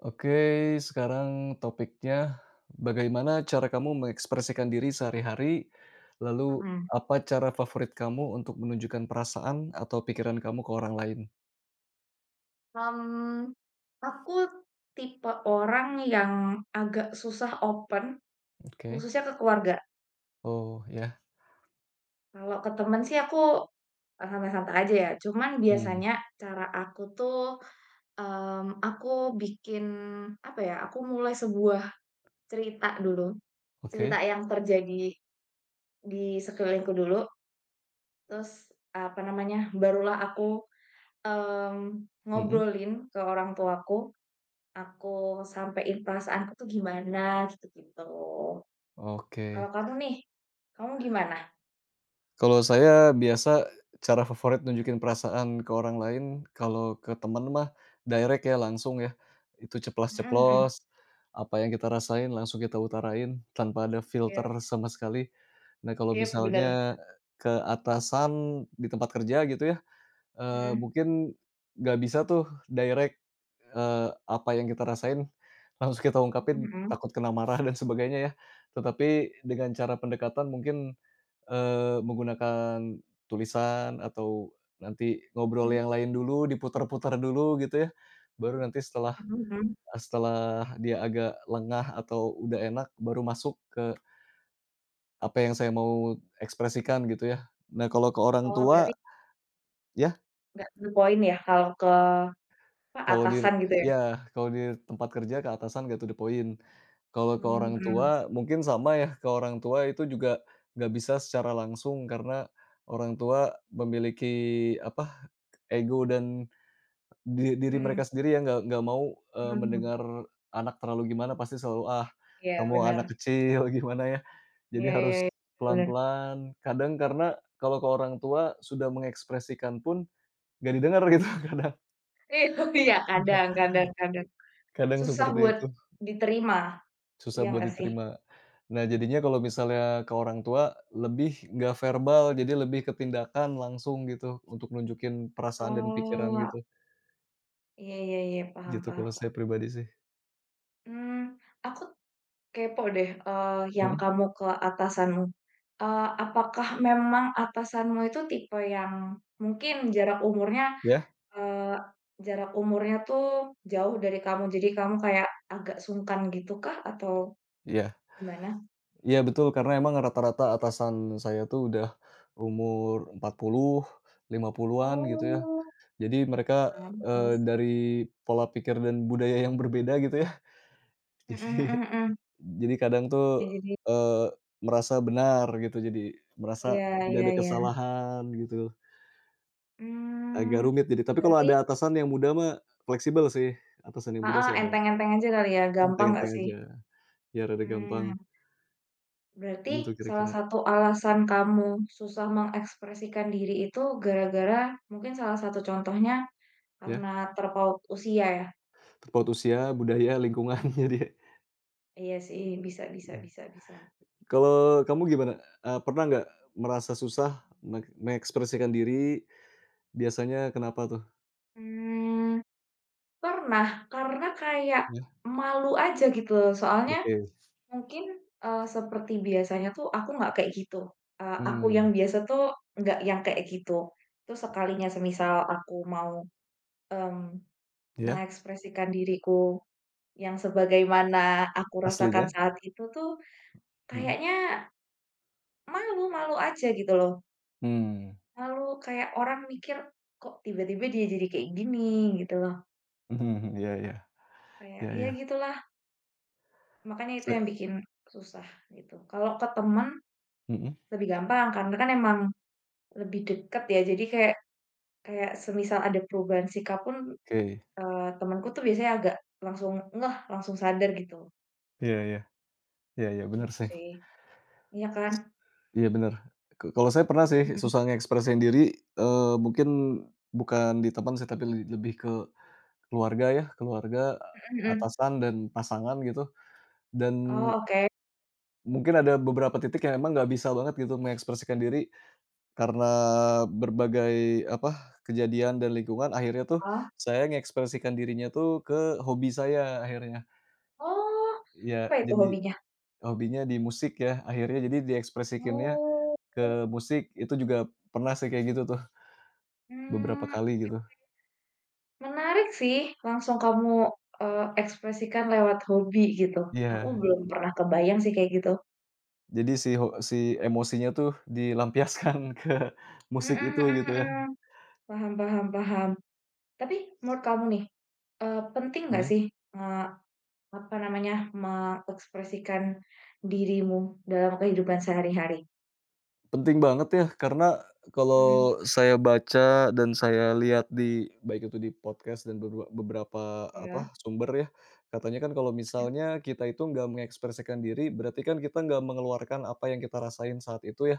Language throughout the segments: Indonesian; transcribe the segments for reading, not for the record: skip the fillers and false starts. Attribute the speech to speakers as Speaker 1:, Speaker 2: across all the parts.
Speaker 1: Oke, sekarang topiknya bagaimana cara kamu mengekspresikan diri sehari-hari, lalu
Speaker 2: Mhm,
Speaker 1: apa cara favorit kamu untuk menunjukkan perasaan atau pikiran kamu ke orang lain?
Speaker 2: mmm, aku tipe orang yang agak susah open,
Speaker 1: Oke.
Speaker 2: khususnya ke keluarga.
Speaker 1: Oh, ya.
Speaker 2: Kalau ke temen sih aku, santai-santai aja ya, cuman
Speaker 1: Mmm,
Speaker 2: biasanya cara aku tuh, aku bikin, apa ya, aku mulai sebuah cerita dulu, cerita
Speaker 1: oke.
Speaker 2: yang terjadi di sekelilingku dulu, terus, apa namanya, barulah aku, mmm,
Speaker 1: Mhm,
Speaker 2: ngobrolin ke orang tuaku. Aku sampein perasaanku tuh gimana gitu-gitu.
Speaker 1: oke.
Speaker 2: Kalau kamu nih, kamu gimana?
Speaker 1: Kalau saya biasa cara favorit nunjukin perasaan ke orang lain, kalau ke temen mah direct ya, langsung ya. Itu
Speaker 2: Mhm mhm.
Speaker 1: ceplas-ceplos, apa yang kita rasain langsung kita utarain tanpa ada filter
Speaker 2: Iyap
Speaker 1: sama sekali. Nah, kalau
Speaker 2: iyap, bener.
Speaker 1: misalnya ke atasan di tempat kerja gitu ya,
Speaker 2: Mhm,
Speaker 1: mungkin nggak bisa tuh direct, apa yang kita rasain langsung kita
Speaker 2: mhm
Speaker 1: ungkapin,
Speaker 2: mhm.
Speaker 1: takut kena marah dan sebagainya ya. Tetapi dengan cara pendekatan mungkin, menggunakan tulisan atau nanti ngobrol
Speaker 2: Mmm,
Speaker 1: yang lain dulu, diputar-putar dulu gitu ya, baru nanti setelah
Speaker 2: mhm mhm.
Speaker 1: setelah dia agak lengah atau udah enak, baru masuk ke apa yang saya mau ekspresikan gitu ya. Nah, kalau ke orang
Speaker 2: Oh,
Speaker 1: tua
Speaker 2: berarti
Speaker 1: ya.
Speaker 2: nggak to the point ya kalau ke apa,
Speaker 1: Kalau di
Speaker 2: atasan gitu ya?
Speaker 1: kalau di tempat kerja ke atasan nggak to the point. Kalau ke
Speaker 2: Mmm,
Speaker 1: orang
Speaker 2: mhm,
Speaker 1: tua mungkin sama ya, ke orang tua itu juga nggak bisa secara langsung karena orang tua memiliki apa, ego dan di diri
Speaker 2: mhm,
Speaker 1: mereka sendiri yang nggak mau,
Speaker 2: mhm mhm.
Speaker 1: mendengar anak terlalu gimana pasti selalu, "Ah,
Speaker 2: Iya
Speaker 1: kamu anak
Speaker 2: bener.
Speaker 1: kecil," gimana ya. Jadi
Speaker 2: Iya iya
Speaker 1: harus
Speaker 2: iya, bener bener.
Speaker 1: pelan-pelan, kadang karena kalau ke orang tua sudah mengekspresikan pun nggak didengar gitu kadang.
Speaker 2: Iya kadang kadang kadang.
Speaker 1: Kadang
Speaker 2: Susah
Speaker 1: seperti
Speaker 2: buat
Speaker 1: itu.
Speaker 2: diterima,
Speaker 1: Susah
Speaker 2: iya
Speaker 1: buat
Speaker 2: nggak sih?
Speaker 1: diterima. Nah, jadinya kalau misalnya ke orang tua lebih nggak verbal, jadi lebih ke tindakan langsung gitu, untuk nunjukin perasaan dan pikiran
Speaker 2: Oh,
Speaker 1: gitu.
Speaker 2: iya iya iya, paham
Speaker 1: Gitu kalau
Speaker 2: paham.
Speaker 1: saya pribadi sih.
Speaker 2: Mmm, aku kepo deh, yang
Speaker 1: Mhm,
Speaker 2: kamu ke atasanmu. Eee, apakah memang atasanmu itu tipe yang mungkin jarak umurnya,
Speaker 1: iya
Speaker 2: eee, jarak umurnya tuh jauh dari kamu, jadi kamu kayak agak sungkan gitu kah atau
Speaker 1: iya.
Speaker 2: gimana?
Speaker 1: Iya betul, karena emang rata-rata atasan saya tuh udah umur 40, 50-an gitu ya.
Speaker 2: Oh,
Speaker 1: Jadi mereka,
Speaker 2: pantes.
Speaker 1: dari pola pikir dan budaya yang berbeda gitu ya.
Speaker 2: Mhm
Speaker 1: Jadi
Speaker 2: mhm mhm.
Speaker 1: Jadi kadang
Speaker 2: Iya
Speaker 1: tuh,
Speaker 2: jadi
Speaker 1: eee, merasa benar gitu, jadi merasa
Speaker 2: iya
Speaker 1: tidak
Speaker 2: iya
Speaker 1: ada
Speaker 2: iya.
Speaker 1: kesalahan gitu, agak
Speaker 2: Mmm,
Speaker 1: rumit jadi. Tapi kalau
Speaker 2: berarti
Speaker 1: ada atasan yang muda mah fleksibel sih, atasan yang muda
Speaker 2: heeh,
Speaker 1: sih ada,
Speaker 2: enteng-enteng aja kali ya, gampang nggak
Speaker 1: enteng-enteng
Speaker 2: sih?
Speaker 1: aja, biar rada gampang,
Speaker 2: Mmm. Berarti
Speaker 1: gitu
Speaker 2: salah
Speaker 1: kira-kira,
Speaker 2: satu alasan kamu susah mengekspresikan diri itu gara-gara mungkin salah satu contohnya
Speaker 1: ya.
Speaker 2: karena terpaut usia ya?
Speaker 1: Terpaut usia, budaya, lingkungan, jadi
Speaker 2: Iya sih, bisa bisa
Speaker 1: iya.
Speaker 2: bisa bisa.
Speaker 1: Kalau kamu gimana? Pernah nggak merasa susah mengekspresikan diri, biasanya kenapa tuh?
Speaker 2: Mmm, pernah, karena kayak
Speaker 1: Ya,
Speaker 2: malu aja gitu loh, soalnya
Speaker 1: oke.
Speaker 2: mungkin, seperti biasanya tuh aku nggak kayak gitu, aku yang
Speaker 1: Mmm,
Speaker 2: biasa tuh nggak yang kayak gitu. Terus sekalinya semisal aku mau, mmm,
Speaker 1: iya,
Speaker 2: mengekspresikan diriku yang sebagaimana aku rasakan
Speaker 1: aslinya?
Speaker 2: saat itu tuh,
Speaker 1: Mhm.
Speaker 2: kayaknya malu malu aja gitu loh.
Speaker 1: Mmm,
Speaker 2: Malu kayak orang mikir, "Kok tiba-tiba dia jadi kayak gini?" Gitu loh.
Speaker 1: mhm mhm, iya iya,
Speaker 2: Kayak
Speaker 1: iya
Speaker 2: ya
Speaker 1: iya.
Speaker 2: gitulah, makanya itu
Speaker 1: Se
Speaker 2: yang bikin susah gitu. Kalau ke temen
Speaker 1: mhm,
Speaker 2: lebih gampang karena kan emang lebih deket ya, jadi kayak kayak semisal ada perubahan sikap pun,
Speaker 1: oke.
Speaker 2: temenku tuh biasanya agak langsung ngeh, langsung sadar gitu,
Speaker 1: Iya iya. Iya iya, bener
Speaker 2: gitu
Speaker 1: sih.
Speaker 2: sih. Iya kan?
Speaker 1: Iya bener. Kalau saya pernah sih
Speaker 2: Mhm,
Speaker 1: susah ngekspresiin diri, mungkin bukan di teman sih, tapi lebih ke keluarga ya, keluarga,
Speaker 2: mhm mhm.
Speaker 1: atasan, dan pasangan gitu. Dan
Speaker 2: Oh, oke,
Speaker 1: mungkin ada beberapa titik yang emang nggak bisa banget gitu mengekspresikan diri karena berbagai, apa, kejadian dan lingkungan, akhirnya tuh
Speaker 2: heeh.
Speaker 1: saya ngekspresikan dirinya tuh ke hobi saya akhirnya.
Speaker 2: Oh,
Speaker 1: Iya,
Speaker 2: apa itu
Speaker 1: jadi
Speaker 2: hobinya?
Speaker 1: hobinya di musik ya, akhirnya jadi diekspresikinnya
Speaker 2: Oh,
Speaker 1: ke musik, itu juga pernah sih kayak gitu tuh, beberapa
Speaker 2: hmm,
Speaker 1: kali gitu.
Speaker 2: menarik sih, langsung kamu, ekspresikan lewat hobi gitu. Aku
Speaker 1: Iya,
Speaker 2: belum pernah kebayang sih kayak gitu.
Speaker 1: jadi si emosinya tuh dilampiaskan ke musik
Speaker 2: Mhm
Speaker 1: itu
Speaker 2: mhm
Speaker 1: gitu ya,
Speaker 2: mhm, paham paham paham. Tapi menurut kamu nih, penting nggak
Speaker 1: mhm.
Speaker 2: sih, eee, apa namanya, mengekspresikan dirimu dalam kehidupan sehari-hari?
Speaker 1: Penting banget ya, karena
Speaker 2: Mhm,
Speaker 1: kalau saya baca dan saya lihat di baik itu di podcast dan beberapa beberapa apa,
Speaker 2: iya.
Speaker 1: sumber ya, katanya kan kalau misalnya kita itu nggak mengekspresikan diri, berarti kan kita nggak mengeluarkan apa yang kita rasain saat itu ya.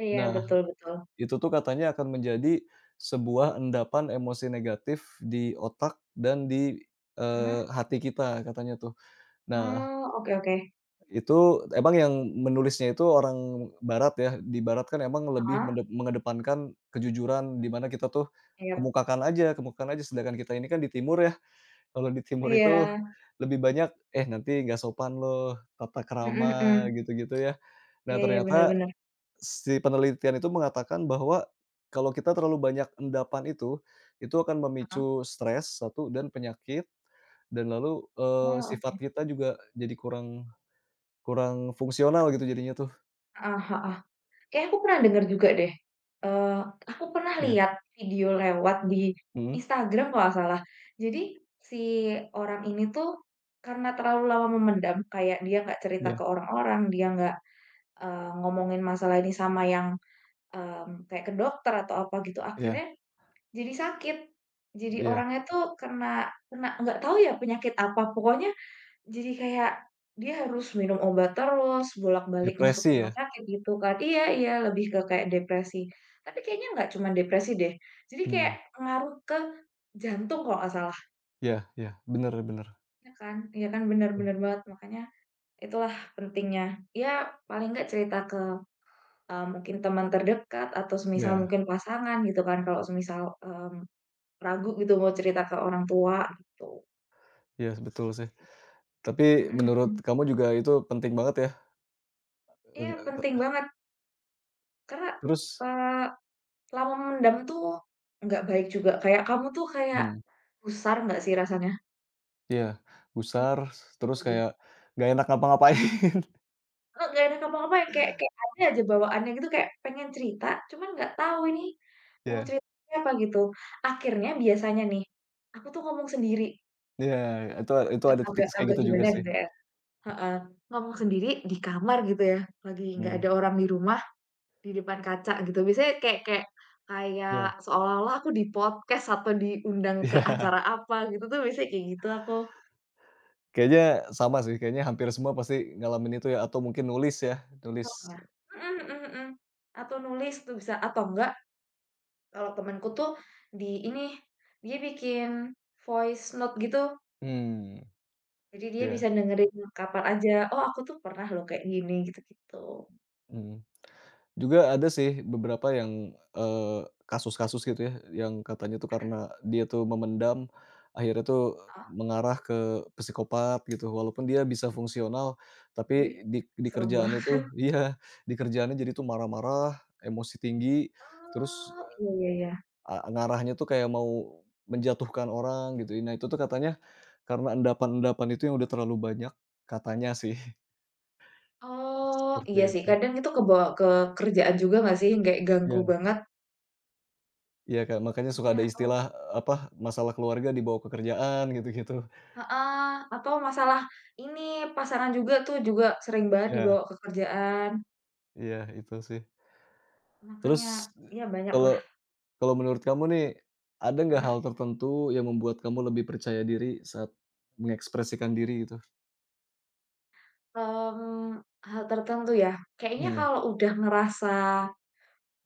Speaker 2: Iya,
Speaker 1: Nah,
Speaker 2: betul betul.
Speaker 1: itu tuh katanya akan menjadi sebuah endapan emosi negatif di otak dan di,
Speaker 2: Mhm.
Speaker 1: hati kita katanya tuh. Nah,
Speaker 2: Oh, oke oke.
Speaker 1: itu emang yang menulisnya itu orang barat ya, di barat kan emang lebih
Speaker 2: Heeh,
Speaker 1: mengedepankan kejujuran, di mana kita tuh
Speaker 2: iya.
Speaker 1: kemukakan aja, sedangkan kita ini kan di timur ya, kalau di timur
Speaker 2: Iya,
Speaker 1: itu lebih banyak, "Eh, nanti nggak sopan loh, tata
Speaker 2: mhm
Speaker 1: krama,"
Speaker 2: mhm.
Speaker 1: gitu-gitu ya. Nah,
Speaker 2: Iya iya, bener
Speaker 1: ternyata
Speaker 2: bener.
Speaker 1: si penelitian itu mengatakan bahwa kalau kita terlalu banyak endapan itu akan
Speaker 2: Heeh.
Speaker 1: memicu stres, satu dan penyakit, dan lalu,
Speaker 2: Oh, oke.
Speaker 1: sifat kita juga jadi kurang kurang fungsional gitu jadinya tuh.
Speaker 2: Heeh heeh. Kayaknya aku pernah denger juga deh, eee, aku pernah
Speaker 1: Iya,
Speaker 2: lihat video lewat di
Speaker 1: mhm,
Speaker 2: Instagram kalau nggak salah. Jadi si orang ini tuh karena terlalu lama memendam, kayak dia nggak cerita
Speaker 1: iya
Speaker 2: ke orang-orang, dia nggak, ngomongin masalah ini sama yang, kayak ke dokter atau apa gitu,
Speaker 1: iya
Speaker 2: akhirnya jadi sakit. Jadi
Speaker 1: iya,
Speaker 2: orangnya tuh kena kena nggak tahu ya penyakit apa, pokoknya jadi kayak dia harus minum obat terus, bolak-balik masuk
Speaker 1: depresi
Speaker 2: rumah
Speaker 1: ya?
Speaker 2: sakit gitu kan. Iya iya, lebih ke kayak depresi. Tapi kayaknya nggak cuma depresi deh. Jadi kayak
Speaker 1: Mhm,
Speaker 2: ngaruh ke jantung kalau nggak salah,
Speaker 1: iya iya, bener bener.
Speaker 2: ya kan? Iya kan,
Speaker 1: Mmm,
Speaker 2: benar-benar banget. Makanya itulah pentingnya, ya paling nggak cerita ke, mungkin teman terdekat atau semisal
Speaker 1: iya
Speaker 2: mungkin pasangan gitu kan, kalau semisal, ragu gitu mau cerita ke orang tua gitu,
Speaker 1: iya, betul
Speaker 2: gitu
Speaker 1: sih.
Speaker 2: sih.
Speaker 1: Tapi
Speaker 2: Mhm
Speaker 1: menurut
Speaker 2: mhm.
Speaker 1: kamu juga itu penting banget ya?
Speaker 2: Iya
Speaker 1: Eee,
Speaker 2: penting
Speaker 1: te
Speaker 2: banget karena,
Speaker 1: terus
Speaker 2: eee lama memendam tuh nggak baik juga, kayak kamu tuh kayak
Speaker 1: mhm,
Speaker 2: gusar nggak sih rasanya?
Speaker 1: iya,
Speaker 2: Iya
Speaker 1: gusar, terus
Speaker 2: lagi.
Speaker 1: kayak nggak enak ngapa-ngapain.
Speaker 2: Heeh, nggak enak ngapa-ngapain kayak kayak ada aja bawaannya gitu kayak pengen cerita, cuman nggak tahu ini mau
Speaker 1: Iya.
Speaker 2: cerita apa gitu. Akhirnya biasanya nih, aku tuh ngomong sendiri,
Speaker 1: Iya, itu
Speaker 2: agak
Speaker 1: ada titik
Speaker 2: agak
Speaker 1: kayak
Speaker 2: agak
Speaker 1: gitu juga
Speaker 2: gimana
Speaker 1: sih.
Speaker 2: gitu ya heeh, ngomong sendiri di kamar gitu ya, lagi nggak
Speaker 1: Mmm,
Speaker 2: ada orang di rumah, di depan kaca gitu. Biasanya kayak kayak
Speaker 1: iya
Speaker 2: kayak seolah-olah aku di podcast atau diundang ke
Speaker 1: iya.
Speaker 2: acara apa gitu tuh biasanya kayak gitu aku.
Speaker 1: Kayaknya sama sih, kayaknya hampir semua pasti ngalamin itu ya, atau mungkin nulis
Speaker 2: Eh,
Speaker 1: ya,
Speaker 2: belum
Speaker 1: nulis
Speaker 2: ya. Mhm mhm mhm. Atau nulis tuh bisa atau enggak kalau temenku tuh di ini, dia bikin voice note gitu.
Speaker 1: mmm,
Speaker 2: Jadi dia
Speaker 1: iya,
Speaker 2: bisa dengerin kapan aja, "Oh aku tuh pernah loh kayak gini," gitu-gitu.
Speaker 1: mhm. Juga ada sih beberapa yang, kasus-kasus gitu ya, yang katanya tuh
Speaker 2: Mhm,
Speaker 1: karena dia tuh memendam, akhirnya tuh
Speaker 2: heeh.
Speaker 1: mengarah ke psikopat gitu, walaupun dia bisa fungsional,
Speaker 2: Wih,
Speaker 1: tapi di
Speaker 2: serem
Speaker 1: kerjaannya
Speaker 2: banget.
Speaker 1: tuh iya, di kerjaannya jadi tuh marah-marah, emosi tinggi, terus
Speaker 2: Oh, iya iya iya.
Speaker 1: Ngarahnya tuh kayak mau menjatuhkan orang gitu, nah itu tuh katanya karena endapan-endapan itu yang udah terlalu banyak, katanya sih
Speaker 2: Oh,
Speaker 1: seperti
Speaker 2: iya sih
Speaker 1: itu.
Speaker 2: kadang itu kebawa ke kerjaan juga nggak sih? Kayak ganggu
Speaker 1: Ya,
Speaker 2: banget.
Speaker 1: iya Kak, makanya suka ada
Speaker 2: Makanya oh
Speaker 1: istilah, apa, masalah keluarga dibawa ke kerjaan gitu-gitu.
Speaker 2: heeh, atau masalah ini pasangan juga tuh juga sering banget
Speaker 1: Ya,
Speaker 2: dibawa ke kerjaan.
Speaker 1: iya itu sih.
Speaker 2: Makanya
Speaker 1: Terus,
Speaker 2: iya banyaklah.
Speaker 1: kalau kalau menurut kamu nih, ada nggak hal
Speaker 2: Mhm.
Speaker 1: tertentu yang membuat kamu lebih percaya diri saat mengekspresikan diri gitu?
Speaker 2: mmm, Hal tertentu ya, kayaknya
Speaker 1: Hmm.
Speaker 2: kalau udah ngerasa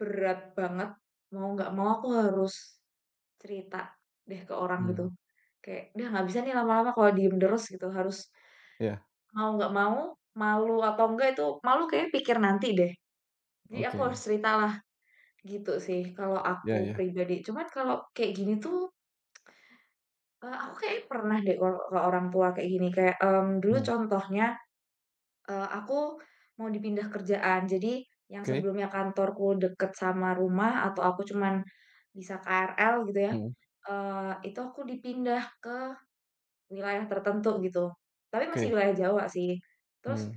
Speaker 2: berat banget, mau nggak mau aku harus cerita deh ke orang gitu.
Speaker 1: Mhm,
Speaker 2: Kayak, "Udah nggak bisa nih lama-lama kalau diem terus," gitu, harus
Speaker 1: iya,
Speaker 2: mau nggak mau, malu atau enggak itu malu kayaknya pikir nanti deh. Jadi aku harus
Speaker 1: oke,
Speaker 2: ceritalah, gitu sih kalau
Speaker 1: ya,
Speaker 2: aku
Speaker 1: ya.
Speaker 2: pribadi. Cuman kalau kayak gini tuh, aku kayaknya pernah deh kalau ke orang tua kayak gini, kayak, dulu
Speaker 1: Mhm,
Speaker 2: contohnya aku mau dipindah kerjaan. Jadi yang
Speaker 1: oke,
Speaker 2: sebelumnya kantorku deket sama rumah atau aku cuman bisa KRL gitu ya,
Speaker 1: mhm,
Speaker 2: itu aku dipindah ke wilayah tertentu gitu. Tapi masih
Speaker 1: oke,
Speaker 2: wilayah Jawa sih. Terus
Speaker 1: hmm.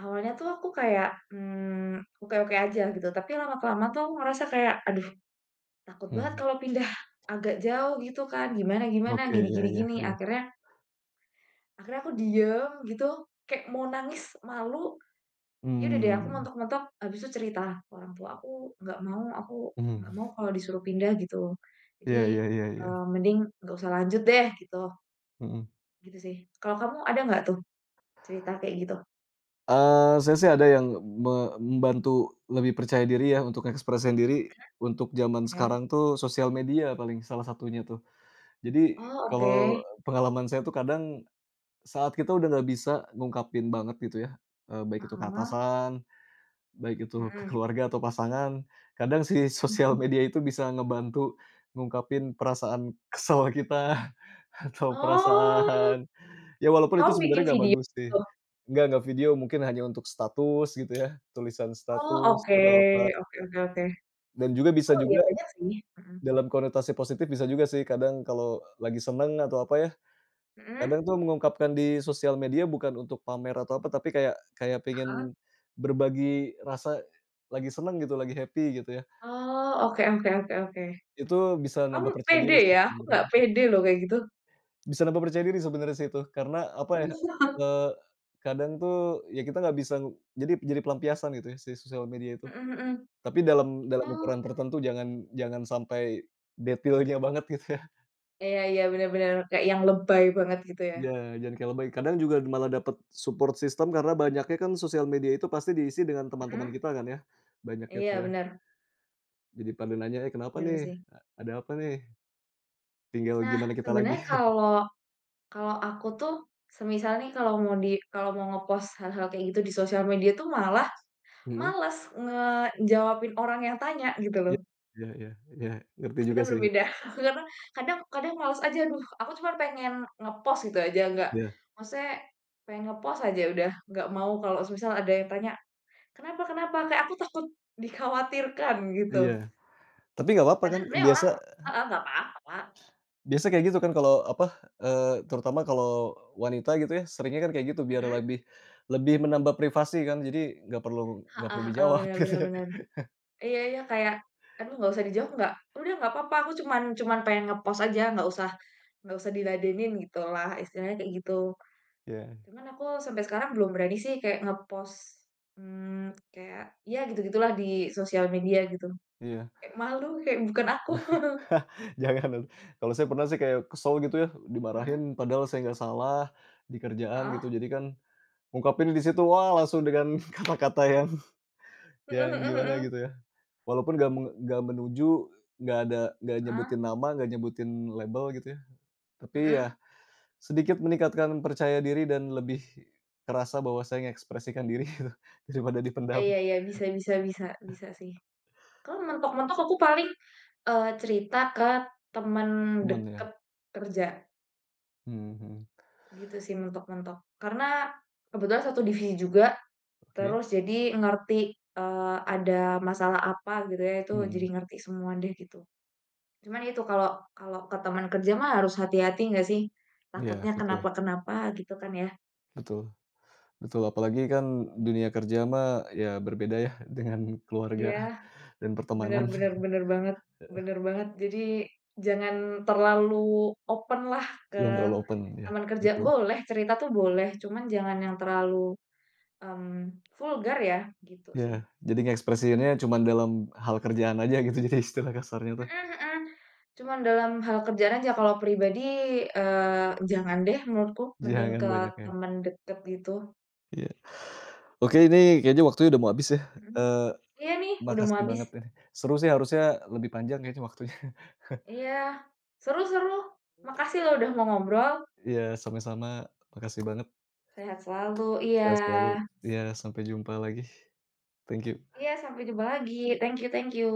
Speaker 2: awalnya tuh aku kayak, oke-oke aja gitu, tapi lama-kelamaan tuh aku ngerasa kayak, "Aduh takut banget
Speaker 1: Hmm.
Speaker 2: kalau pindah agak jauh gitu kan, gimana gimana,
Speaker 1: Oke,
Speaker 2: gini
Speaker 1: iya
Speaker 2: gini
Speaker 1: iya
Speaker 2: gini."
Speaker 1: iya.
Speaker 2: Akhirnya akhirnya aku diem gitu, kayak mau nangis malu. Ya udah deh aku
Speaker 1: Mmm,
Speaker 2: mentok-mentok habis itu cerita ke orang tua, aku
Speaker 1: mhm.
Speaker 2: nggak mau kalau disuruh pindah," gitu.
Speaker 1: Iya
Speaker 2: Jadi,
Speaker 1: iya iya iya,
Speaker 2: "Mending nggak usah lanjut deh," gitu,
Speaker 1: mhm.
Speaker 2: gitu sih. Kalau kamu ada nggak tuh cerita kayak gitu?
Speaker 1: Saya sih ada yang me membantu lebih percaya diri ya untuk ekspresiin diri, untuk zaman
Speaker 2: Ya.
Speaker 1: sekarang tuh sosial media paling salah satunya tuh. Jadi
Speaker 2: Oh oke.
Speaker 1: kalau pengalaman saya tuh kadang saat kita udah nggak bisa ngungkapin banget gitu ya, baik itu ke
Speaker 2: Heeh.
Speaker 1: atasan, baik itu ke
Speaker 2: Mhm
Speaker 1: keluarga atau pasangan, kadang si
Speaker 2: mhm
Speaker 1: sosial
Speaker 2: mhm.
Speaker 1: media itu bisa ngebantu ngungkapin perasaan kesel kita atau
Speaker 2: Oh,
Speaker 1: perasaan. Ya, walaupun itu
Speaker 2: kamu bikin
Speaker 1: sebenarnya nggak
Speaker 2: video
Speaker 1: bagus sih.
Speaker 2: gitu?
Speaker 1: Nggak video, mungkin hanya untuk status gitu ya, tulisan
Speaker 2: Oh
Speaker 1: status
Speaker 2: oke
Speaker 1: atau apa.
Speaker 2: oke oke oke.
Speaker 1: Dan juga bisa
Speaker 2: Oh iya
Speaker 1: juga
Speaker 2: banyak sih. Mhm.
Speaker 1: dalam konotasi positif bisa juga sih kadang kalau lagi seneng atau apa ya, kadang
Speaker 2: Mhm?
Speaker 1: tuh mengungkapkan di sosial media bukan untuk pamer atau apa, tapi kayak kayak
Speaker 2: Heeh.
Speaker 1: pengen berbagi rasa lagi seneng gitu, lagi happy gitu ya.
Speaker 2: Oh oke oke oke oke.
Speaker 1: Itu bisa nambah
Speaker 2: Kamu
Speaker 1: percaya diri
Speaker 2: pede
Speaker 1: sih
Speaker 2: ya, aku
Speaker 1: sebenarnya.
Speaker 2: nggak pede loh kayak gitu.
Speaker 1: Bisa nambah percaya diri sebenarnya sih itu, karena apa ya. Mhm. eee, kadang tuh ya kita nggak bisa jadi pelampiasan gitu ya si sosial media itu.
Speaker 2: Mhm mhm.
Speaker 1: Tapi dalam dalam
Speaker 2: Oh,
Speaker 1: ukuran tertentu jangan jangan sampai detailnya banget gitu ya.
Speaker 2: iya iya, bener bener, kayak yang lebay banget gitu ya?
Speaker 1: Ya, jangan kayak lebay. Kadang juga malah dapet support system karena banyaknya kan sosial media itu pasti diisi dengan teman-teman
Speaker 2: Mhm,
Speaker 1: kita kan ya, banyaknya tuh
Speaker 2: iya
Speaker 1: ya.
Speaker 2: bener,
Speaker 1: Jadi pada nanya, "Eh kenapa
Speaker 2: bener
Speaker 1: nih?
Speaker 2: sih.
Speaker 1: A ada apa nih?" Tinggal
Speaker 2: Nah,
Speaker 1: gimana kita lagi.
Speaker 2: sebenarnya kalau kalau aku tuh semisal nih kalau mau di kalau mau ngepost hal-hal kayak gitu di sosial media tuh malah
Speaker 1: Mhm.
Speaker 2: males ngejawabin orang yang tanya gitu loh.
Speaker 1: Iya iya iya iya, ngerti juga
Speaker 2: Kita
Speaker 1: sih.
Speaker 2: berbeda karena kadang kadang males aja, "Aduh, aku cuma pengen ngepost gitu aja," nggak
Speaker 1: Iya
Speaker 2: maksudnya pengen ngepost aja udah, nggak mau kalau semisal ada yang tanya, "Kenapa kenapa?" Kayak aku takut dikhawatirkan
Speaker 1: iya.
Speaker 2: gitu.
Speaker 1: Tapi nggak apa-apa
Speaker 2: Padahal
Speaker 1: kan
Speaker 2: sebenarnya
Speaker 1: biasa.
Speaker 2: orang heeh, nggak apa-apa.
Speaker 1: Biasa kayak gitu kan kalau apa, terutama kalau wanita gitu ya, seringnya kan kayak gitu biar
Speaker 2: Mhm,
Speaker 1: lebih lebih menambah privasi kan, jadi nggak perlu nggak
Speaker 2: heeh
Speaker 1: perlu
Speaker 2: heeh,
Speaker 1: dijawab
Speaker 2: bener
Speaker 1: gitu
Speaker 2: bener
Speaker 1: ya.
Speaker 2: bener. Iya iya, kayak, "Aduh nggak usah dijawab nggak?" "Udah nggak apa-apa, aku cuman cuman pengen nge-post aja, nggak usah diladenin," gitulah, istilahnya kayak gitu.
Speaker 1: Iya
Speaker 2: Cuman aku sampai sekarang belum berani sih kayak nge-post, kayak ya gitu-gitulah di sosial media gitu.
Speaker 1: iya.
Speaker 2: Kayak malu, kayak bukan aku.
Speaker 1: Jangan. Kalau saya pernah sih kayak kesel gitu ya,
Speaker 2: Mhm,
Speaker 1: dimarahin padahal saya nggak salah di kerjaan
Speaker 2: heeh,
Speaker 1: gitu, jadi kan ngungkapin di situ, wah langsung dengan kata-kata yang
Speaker 2: mhm mhm mhm,
Speaker 1: gimana
Speaker 2: mhm.
Speaker 1: gitu ya, walaupun nggak menuju, nggak ada nggak
Speaker 2: Heeh,
Speaker 1: nyebutin nama, nggak nyebutin label gitu ya, tapi ya
Speaker 2: mhm.
Speaker 1: sedikit meningkatkan percaya diri dan lebih kerasa bahwa saya mengekspresikan diri gitu, daripada dipendam,
Speaker 2: Iya iya, bisa bisa bisa, bisa sih. Kalau mentok-mentok aku paling, cerita ke temen
Speaker 1: teman ya.
Speaker 2: deket kerja,
Speaker 1: Mhm mhm,
Speaker 2: gitu sih mentok-mentok. Karena kebetulan satu divisi juga,
Speaker 1: oke.
Speaker 2: terus jadi ngerti, ada masalah apa gitu ya, itu jadi
Speaker 1: Mhm,
Speaker 2: ngerti semua deh gitu. Cuman itu kalau kalau ke teman kerja mah harus hati-hati nggak sih?
Speaker 1: iya
Speaker 2: Takutnya
Speaker 1: betul
Speaker 2: kenapa-kenapa gitu kan ya.
Speaker 1: betul betul, apalagi kan
Speaker 2: Iya.
Speaker 1: dunia kerja mah ya berbeda ya dengan keluarga
Speaker 2: Iya.
Speaker 1: dan
Speaker 2: Bener
Speaker 1: pertemanan
Speaker 2: bener bener banget bener banget. Jadi jangan terlalu open lah ke
Speaker 1: yang terlalu open ya,
Speaker 2: teman kerja.
Speaker 1: betul.
Speaker 2: Boleh cerita tuh boleh, cuman jangan yang terlalu, mmm, vulgar ya, gitu
Speaker 1: Iya,
Speaker 2: sih.
Speaker 1: jadi ngekspresiinnya cuman dalam hal kerjaan aja gitu jadi istilah kasarnya tuh,
Speaker 2: Mhm mhm. Cuman dalam hal kerjaan aja, kalau pribadi, jangan deh menurutku, mending
Speaker 1: jangan
Speaker 2: ke
Speaker 1: banyak ya.
Speaker 2: teman deket gitu.
Speaker 1: Iya. Oke ini kayaknya waktunya udah mau habis ya,
Speaker 2: Mhm.
Speaker 1: eee,
Speaker 2: Iya nih, udah mau
Speaker 1: makasih
Speaker 2: habis.
Speaker 1: banget ini. Seru sih harusnya lebih panjang kayaknya waktunya.
Speaker 2: Iya. Seru seru. Makasih loh udah mau ngobrol.
Speaker 1: Iya, sama-sama. Makasih banget.
Speaker 2: Sehat selalu. Iya.
Speaker 1: Sehat selalu. Iya, sampai jumpa lagi. Thank you.
Speaker 2: Iya, sampai jumpa lagi. Thank you thank you.